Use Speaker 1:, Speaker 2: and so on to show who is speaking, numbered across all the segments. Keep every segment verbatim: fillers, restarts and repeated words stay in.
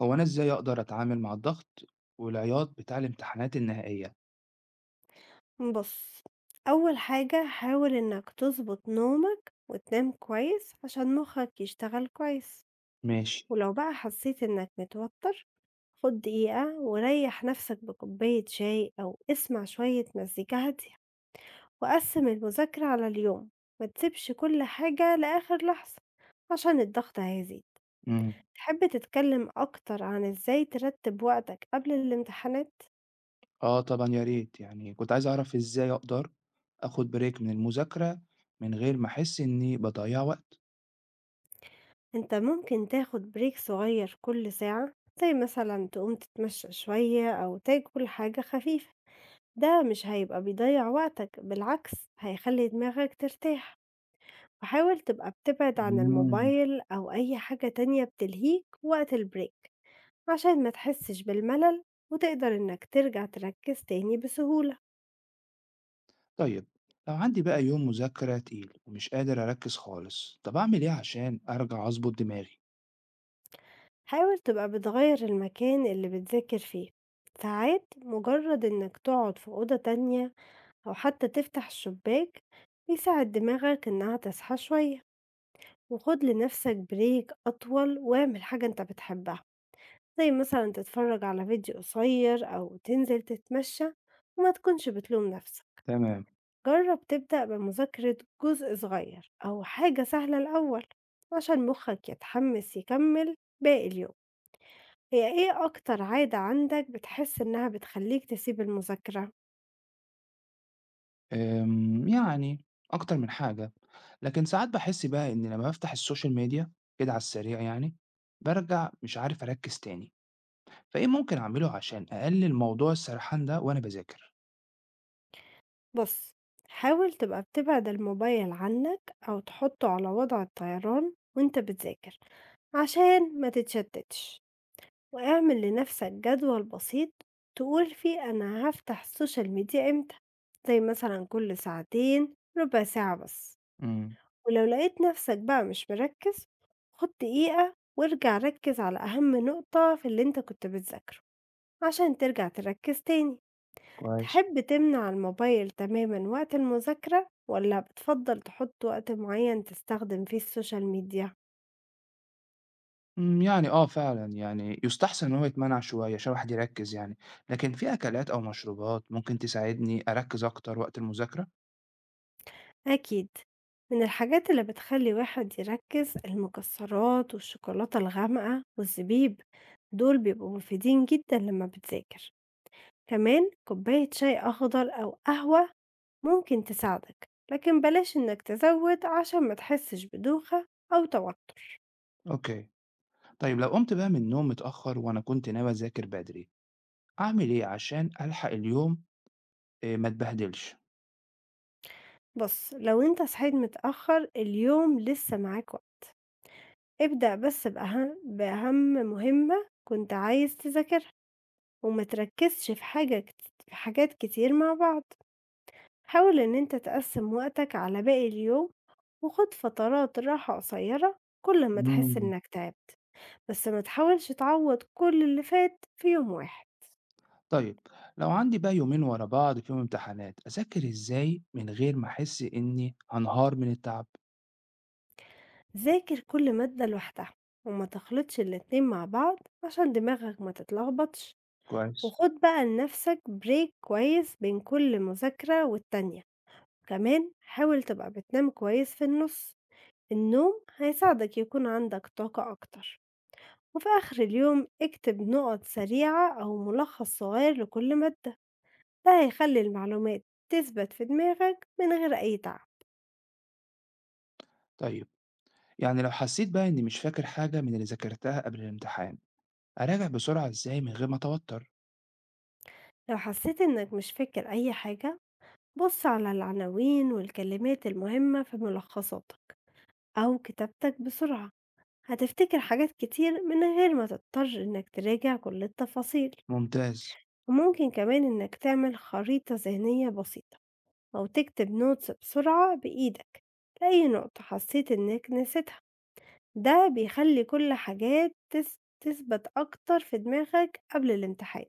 Speaker 1: هو أنا إزاي أقدر أتعامل مع الضغط والعياط بتاع الامتحانات النهائية؟
Speaker 2: بُص، أول حاجة حاول إنك تضبط نومك وتنام كويس عشان مخك يشتغل كويس،
Speaker 1: ماشي،
Speaker 2: ولو بقى حسيت إنك متوتر خُد دقيقة وريّح نفسك بكوباية شاي أو اسمع شوية مزيكا هادية، وقسِّم المذاكرة على اليوم، ما تسيبش كل حاجة لآخر لحظة عشان الضغط هيزيد.
Speaker 1: إمم،
Speaker 2: تحب تتكلم أكتر عن إزاي ترتّب وقتك قبل الامتحانات؟
Speaker 1: آه طبعًا يا ريت، يعني كنت عايز أعرف إزاي أقدر آخد بريك من المذاكرة من غير ما أحس إني باضيّع وقت؟
Speaker 2: أنت ممكن تاخد بريك صغير كل ساعة زي مثلا تقوم تتمشى شوية أو تاكل حاجة خفيفة ده مش هيبقى بيضيع وقتك بالعكس هيخلي دماغك ترتاح وحاول تبقى بتبعد عن
Speaker 1: إمم،
Speaker 2: الموبايل أو أي حاجة تانية بتلهيك وقت البريك عشان ما تحسش بالملل وتقدر إنك ترجع تركز تاني بسهولة.
Speaker 1: طيب لو عندي بقى يوم مذاكرة تقيل ومش قادر أركّز خالص، طَب أعمل إيه عشان أرجع أضبط دماغي؟
Speaker 2: حاول تبقى بتغير المكان اللي بتذاكر فيه، ساعات مجرد إنك تقعد في أوضة تانية أو حتى تفتح الشباك بيساعد دماغك إنها تصحى شوية، وخد لنفسك بريك أطول واعمل حاجة أنت بتحبها زي مثلا تتفرج على فيديو قصير أو تنزل تتمشى وما تكونش بتلوم نفسك.
Speaker 1: تمام،
Speaker 2: جرب تبدأ بمذاكرة جزء صغير أو حاجة سهلة الأول عشان مخك يتحمس يكمل باقي اليوم. هي إيه أكتر عادة عندك بتحس إنها بتخليك تسيب المذاكرة؟
Speaker 1: آمم، يعني أكتر من حاجة، لكن ساعات باحس بقى إني لمّا بافتح السوشيال ميديا كده على السريع يعني، بارجع مش عارف أركّز تاني. فإيه ممكن أعمله عشان أقلل موضوع السرحان ده وأنا باذاكر؟
Speaker 2: بُص، حاول تبقى بتبعد الموبايل عنّك أو تحطّه على وضع الطيران وأنت بتذاكر، عشان ما تتشتّتش، واعمل لنَفْسك جدول بسيط تقول فيه أنا هافتح السوشيال ميديا إمتى، زي مثلًا كل ساعتين، ربع ساعة بس،
Speaker 1: إمم،
Speaker 2: ولو لقيت نَفْسك بقى مش مركّز، خُد دقيقة وارجع ركّز على أهم نقطة في اللي أنت كنت بتذاكره، عشان ترجع تركّز تاني.
Speaker 1: كويس.
Speaker 2: تحب تمنع الموبايل تمامًا وقت المذاكرة، والّا بتفضّل تحُط وقت معيّن تستخدم فيه السوشيال ميديا؟
Speaker 1: إمم، يعني آه فعلًا، يعني يُستحسن إن هو يتمنع شوية عشان الواحد يركّز يعني، لكن في أكلات أو مشروبات ممكن تساعدني أركّز أكتر وقت المذاكرة؟
Speaker 2: أكيد، من الحاجات اللي بتخلّي الواحد يركّز المكسّرات والشوكولاتة الغامقة والزبيب، دول بيبقوا مفيدين جدًا لمّا بتذاكر، كمان كوباية شاي أخضر أو قهوة ممكن تساعدك، لكن بلاش إنّك تزوّد عشان ما تحسّش بدوخة أو توتُّر.
Speaker 1: أوكي، طيب لو قُمت بقى من النوم متأخر وأنا كنت ناوي أذاكر بدري، أعمل إيه عشان ألحق اليوم آآ ما اتبهدلش؟
Speaker 2: بُص، لو أنت صحيت متأخّر اليوم لسّه معاك وقت. ابدأ بس بأهم بأهم مهمة كنت عايز تذاكرها وما تركزش في حاجة كت- في حاجات كتير مع بعض. حاول إن أنت تقسم وقتك على باقي اليوم وخد فترات راحة قصيرة كل ما تحس
Speaker 1: إمم.
Speaker 2: إنك تعبت، بس ما تحاولش تعوض كل اللي فات في يوم واحد.
Speaker 1: طيب لو عندي بقى يومين ورا بعض فيهم امتحانات، أذاكر إزاي من غير ما أحس إني هانهار من التعب؟
Speaker 2: ذاكر كل مادة لوحدها وما تخلطش الاتنين مع بعض عشان دماغك ما تتلخبطش،
Speaker 1: كويس.
Speaker 2: وخد بقى لنفسك بريك كويس بين كل مذاكرة والتانية. كمان حاول تبقى بتنام كويس في النص، النوم هيساعدك يكون عندك طاقة أكتر. وفي آخر اليوم اكتب نقط سريعة أو ملخص صغير لكل مادة، ده هيخلي المعلومات تثبت في دماغك من غير أي تعب.
Speaker 1: طيب يعني لو حسيت بقى إني مش فاكر حاجة من اللي ذاكرتها قبل الامتحان، أراجع بسرعة إزاي من غير ما أتوتر؟
Speaker 2: لو حسيت إنك مش فاكر أي حاجة بص على العناوين والكلمات المهمة في ملخصاتك أو كتابتك بسرعة، هتفتكر حاجات كتير من غير ما تضطر إنك تراجع كل التفاصيل.
Speaker 1: ممتاز،
Speaker 2: وممكن كمان إنك تعمل خريطة ذهنية بسيطة أو تكتب نوتس بسرعة بإيدك لأي نقطة حسيت إنك نسيتها، ده بيخلي كل حاجات تس- تثبت أكتر في دماغك قبل الامتحان.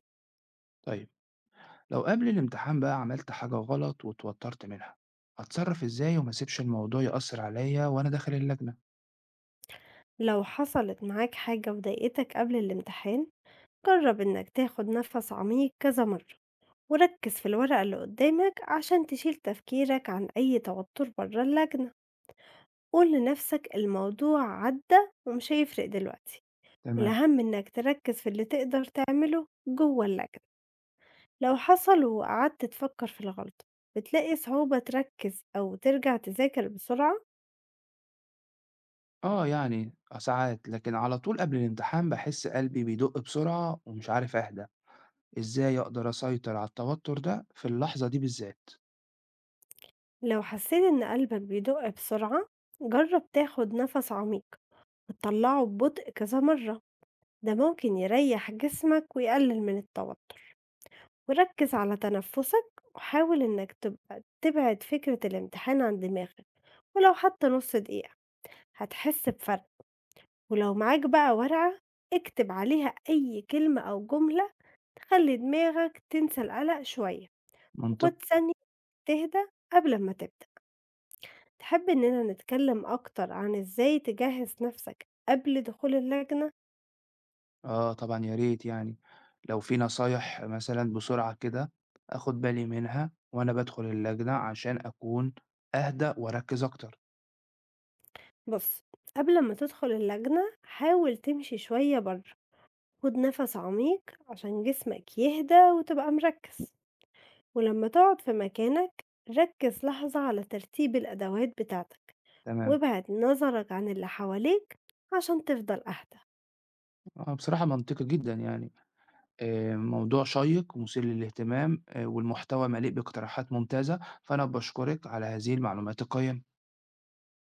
Speaker 1: طيب لو قبل الامتحان بقى عملت حاجة غلط واتوترت منها، أتصرف إزاي وما أسيبش الموضوع يأثر عليا وأنا داخل اللجنة؟
Speaker 2: لو حصلت معاك حاجة وضايقتك قبل الامتحان جرب إنك تاخد نفس عميق كذا مرة وركز في الورقة اللي قدامك عشان تشيل تفكيرك عن أي توتر بره اللجنة، قول لنفسك الموضوع عدى ومش هيفرق دلوقتي.
Speaker 1: تمام،
Speaker 2: والأهم إنك تركز في اللي تقدر تعمله جوه اللجنة، لو حصل وقعدت تفكر في الغلطة بتلاقي صعوبة تركز أو ترجع تذاكر بسرعة.
Speaker 1: آه يعني آه ساعات لكن على طول قبل الامتحان بحس قلبي بيدق بسرعة ومش عارف أهدى، إزاي أقدر أسيطر على التوتر ده في اللحظة دي بالذات؟
Speaker 2: لو حسيت إن قلبك بيدق بسرعة جرب تاخد نفس عميق وتطلعه ببطء كذا مرة، ده ممكن يريح جسمك ويقلل من التوتر. وركز على تنفسك وحاول إنك تبقى تبعد فكرة الامتحان عن دماغك ولو حتى نص دقيقة هتحس بفرق. ولو معاك بقى ورقة اكتب عليها أي كلمة أو جملة تخلّي دماغك تنسى القلق شوية،
Speaker 1: منطقي.
Speaker 2: وخد ثانية تهدى قبل أمّا تبدأ. تحب إننا نتكلم أكتر عن إزاي تجهّز نفسك قبل دخول اللجنة؟
Speaker 1: آه طبعًا يا ريت يعني، لو في نصايح مثلًا بسرعة كده آخُد بالي منها وأنا بادخل اللجنة عشان أكون أهدى وأركّز أكتر،
Speaker 2: بُص، قبل أمّا تدخل اللجنة حاول تمشي شوية برّه، خد نفس عميق عشان جسمك يهدى وتبقى مركّز. ولمّا تقعد في مكانك ركّز لحظة على ترتيب الأدوات بتاعتك.
Speaker 1: تمام.
Speaker 2: وابعد نظرك عن اللي حواليك عشان تفضل أهدى.
Speaker 1: آه بصراحة منطقي جدًا يعني، آآ موضوع شيّق ومثير للاهتمام آآ والمحتوى مليء باقتراحات ممتازة، فأنا باشكرِك على هذه المعلومات القيّمة.